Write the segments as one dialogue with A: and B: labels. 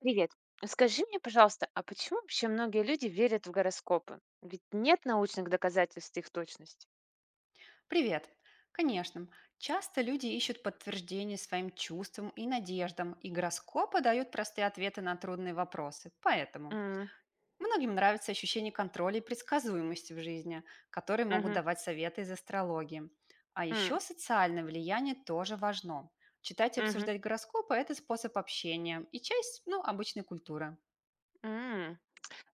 A: Привет. Скажи мне, пожалуйста, а почему вообще многие люди верят в гороскопы? Ведь нет научных доказательств их точности.
B: Привет! Конечно, часто люди ищут подтверждение своим чувствам и надеждам, и гороскопы дают простые ответы на трудные вопросы. Поэтому
A: М,
B: многим нравится ощущение контроля и предсказуемости в жизни, которые могут
A: мгм,
B: давать советы из астрологии. А
A: м,
B: еще социальное влияние тоже важно. Читать и
A: мгм,
B: обсуждать гороскопы– это способ общения и часть обычной культуры.
A: м.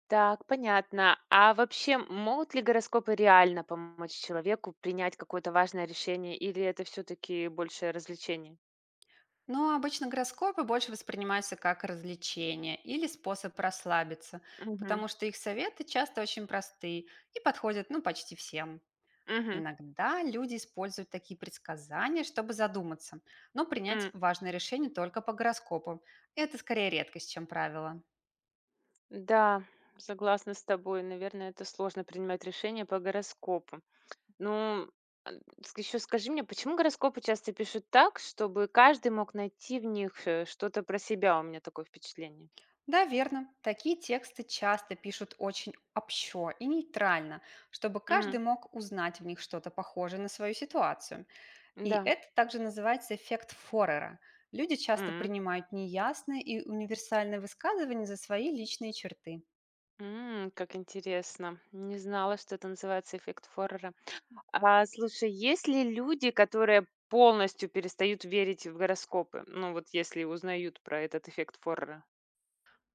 A: Так, понятно. А вообще, могут ли гороскопы реально помочь человеку принять какое-то важное решение, или это все-таки больше развлечение?
B: Но обычно гороскопы больше воспринимаются как развлечение или способ расслабиться,
A: Мгм,
B: потому что их советы часто очень простые и подходят почти всем.
A: мгм,
B: Иногда люди используют такие предсказания, чтобы задуматься, но принять
A: м.
B: важное решение только по гороскопу. Это скорее редкость, чем правило.
A: Да, согласна с тобой. Наверное, это сложно принимать решение по гороскопу. Ну, а, еще скажи мне, почему гороскопы часто пишут так, чтобы каждый мог найти в них, что-то про себя? У меня такое впечатление.
B: Да, верно. Такие тексты часто пишут очень общо и нейтрально, чтобы
A: М,
B: каждый мог узнать в них что-то похожее на свою ситуацию. И
A: да.
B: это также называется эффект Форера. Люди часто
A: М,
B: принимают неясные и универсальные высказывания за свои личные черты.
A: м, как интересно. Не знала, что это называется эффект Форрера. А слушай, есть ли люди, которые полностью перестают верить в гороскопы? Ну, вот если узнают про этот эффект Форрера.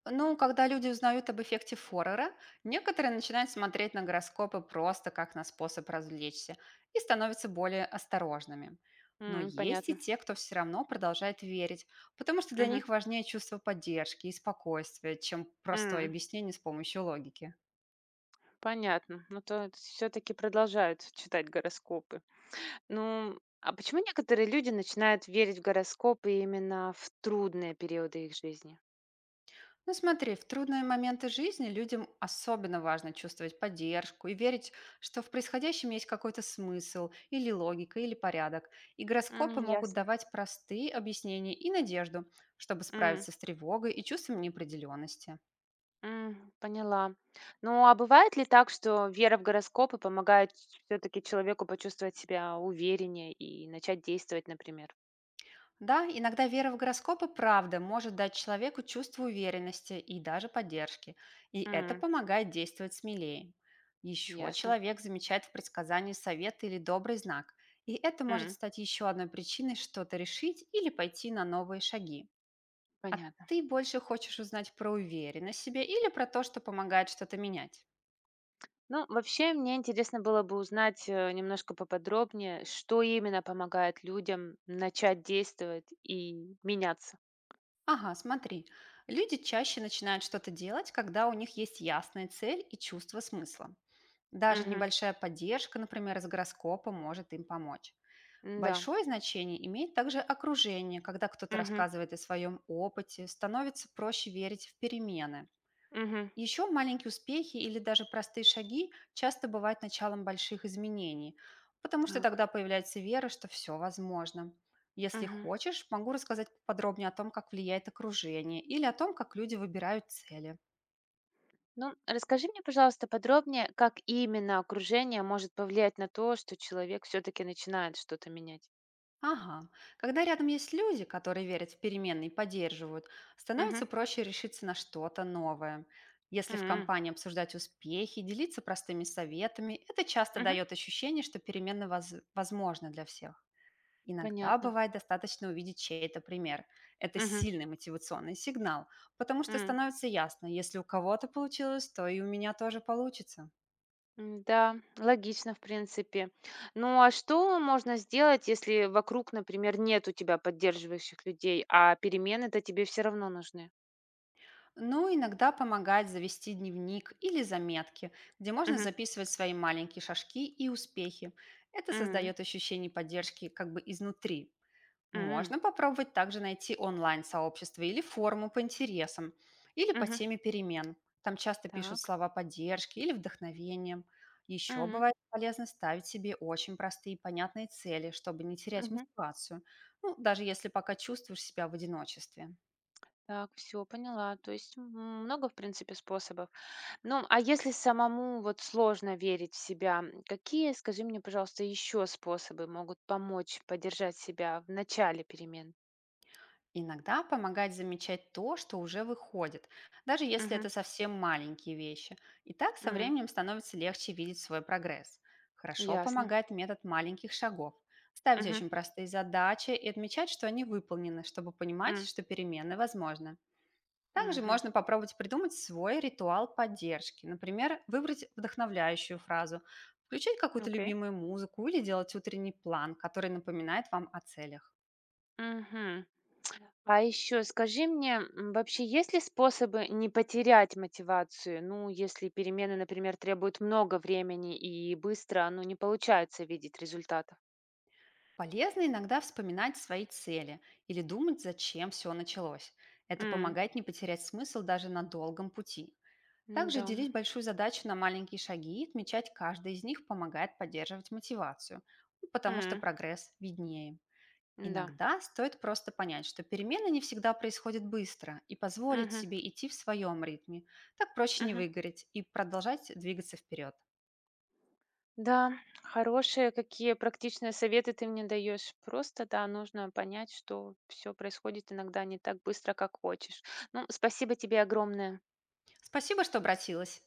B: Но когда люди узнают об эффекте Форера, некоторые начинают смотреть на гороскопы просто как на способ развлечься и становятся более осторожными. Но
A: М,
B: есть и
A: понятно.
B: те, кто все равно продолжает верить, потому что для
A: Мгм.
B: них важнее чувство поддержки и спокойствия, чем простое
A: М,
B: объяснение с помощью логики.
A: понятно. Но то все-таки продолжают читать гороскопы. Ну, а почему некоторые люди начинают верить в гороскопы именно в трудные периоды их жизни?
B: Ну смотри, в трудные моменты жизни людям особенно важно чувствовать поддержку и верить, что в происходящем есть какой-то смысл или логика, или порядок. И гороскопы
A: М,
B: могут
A: ясно.
B: давать простые объяснения и надежду, чтобы
A: М,
B: справиться с тревогой и чувством неопределенности.
A: м, поняла. Ну, а бывает ли так, что вера в гороскопы помогает все-таки человеку почувствовать себя увереннее и начать действовать, например?
B: Да, иногда вера в гороскопы правда может дать человеку чувство уверенности и даже поддержки, и это
A: М,
B: помогает действовать смелее. Еще
A: ясно.
B: человек замечает в предсказании совет или добрый знак, и это может
A: М,
B: стать еще одной причиной что-то решить или пойти на новые шаги. А
A: понятно.
B: ты больше хочешь узнать про уверенность в себе или про то, что помогает что-то менять?
A: Ну, вообще, мне интересно было бы узнать немножко поподробнее, что именно помогает людям начать действовать и меняться.
B: Ага, смотри, люди чаще начинают что-то делать, когда у них есть ясная цель и чувство смысла. Даже
A: Угу.
B: небольшая поддержка, например, из гороскопа, может им помочь.
A: Да.
B: Большое значение имеет также окружение, когда кто-то рассказывает о своем опыте, становится проще верить в перемены.
A: Мгм.
B: Еще маленькие успехи или даже простые шаги часто бывают началом больших изменений, потому что
A: Так.
B: тогда появляется вера, что все возможно. Если
A: Мгм.
B: хочешь, могу рассказать подробнее о том, как влияет окружение или о том, как люди выбирают цели.
A: Ну, расскажи мне, пожалуйста, подробнее, как именно окружение может повлиять на то, что человек все-таки начинает что-то менять.
B: Ага. Когда рядом есть люди, которые верят в перемены и поддерживают,
A: Мгм.
B: становится проще решиться на что-то новое. Если в
A: М,
B: компании обсуждать успехи, делиться простыми советами, это часто
A: мгм.
B: дает ощущение, что перемены возможны для всех. Иногда
A: Понятно.
B: бывает достаточно увидеть чей-то пример. Это
A: Мгм.
B: сильный мотивационный сигнал, потому что
A: М.
B: становится ясно, если у кого-то получилось, то и у меня тоже получится.
A: М, да, логично, в принципе. Ну, а что можно сделать, если вокруг, например, нет у тебя поддерживающих людей, а перемены-то тебе все равно нужны?
B: Ну, иногда помогает завести дневник или заметки, где можно
A: Мгм.
B: записывать свои маленькие шажки и успехи. Это
A: М,
B: создает ощущение поддержки как бы изнутри.
A: м,
B: Можно попробовать также найти онлайн-сообщество или форумы по интересам, или по
A: мгм.
B: теме перемен. Там часто пишут
A: Так.
B: слова поддержки или вдохновения. Еще
A: М,
B: бывает полезно ставить себе очень простые и понятные цели, чтобы не терять
A: мгм.
B: мотивацию, ну, даже если пока чувствуешь себя в одиночестве.
A: Так, все, поняла. То есть, много, в принципе, способов. Ну, а если самому вот сложно верить в себя, какие, скажи мне, пожалуйста, еще способы могут помочь поддержать себя в начале перемен?
B: Иногда помогает замечать то, что уже выходит, даже если
A: Мгм.
B: это совсем маленькие вещи. И так со
A: М.
B: временем становится легче видеть свой прогресс. Хорошо
A: Ясно.
B: помогает метод маленьких шагов. Ставить
A: Мгм.
B: очень простые задачи и отмечать, что они выполнены, чтобы понимать,
A: М.
B: что перемены возможны. Также
A: Мгм.
B: можно попробовать придумать свой ритуал поддержки. Например, выбрать вдохновляющую фразу, включать какую-то
A: Окей.
B: любимую музыку или делать утренний план, который напоминает вам о целях.
A: Мгм. А еще скажи мне, вообще есть ли способы не потерять мотивацию? Ну, если перемены, например, требуют много времени и быстро, ну, не получается видеть результатов.
B: Полезно иногда вспоминать свои цели или думать, зачем все началось. Это
A: М.
B: помогает не потерять смысл даже на долгом пути. Также
A: М-да.
B: делить большую задачу на маленькие шаги и отмечать каждый из них помогает поддерживать мотивацию, ну, потому что
A: М,
B: прогресс виднее.
A: да.
B: Иногда стоит просто понять, что перемены не всегда происходят быстро, и позволить
A: Мгм,
B: себе идти в своем ритме. Так проще не
A: мгм.
B: выгореть и продолжать двигаться вперед.
A: Да, хорошие какие практичные советы ты мне даешь. Просто, да, нужно понять, что все происходит иногда не так быстро, как хочешь. Ну, спасибо тебе огромное.
B: Спасибо, что обратилась.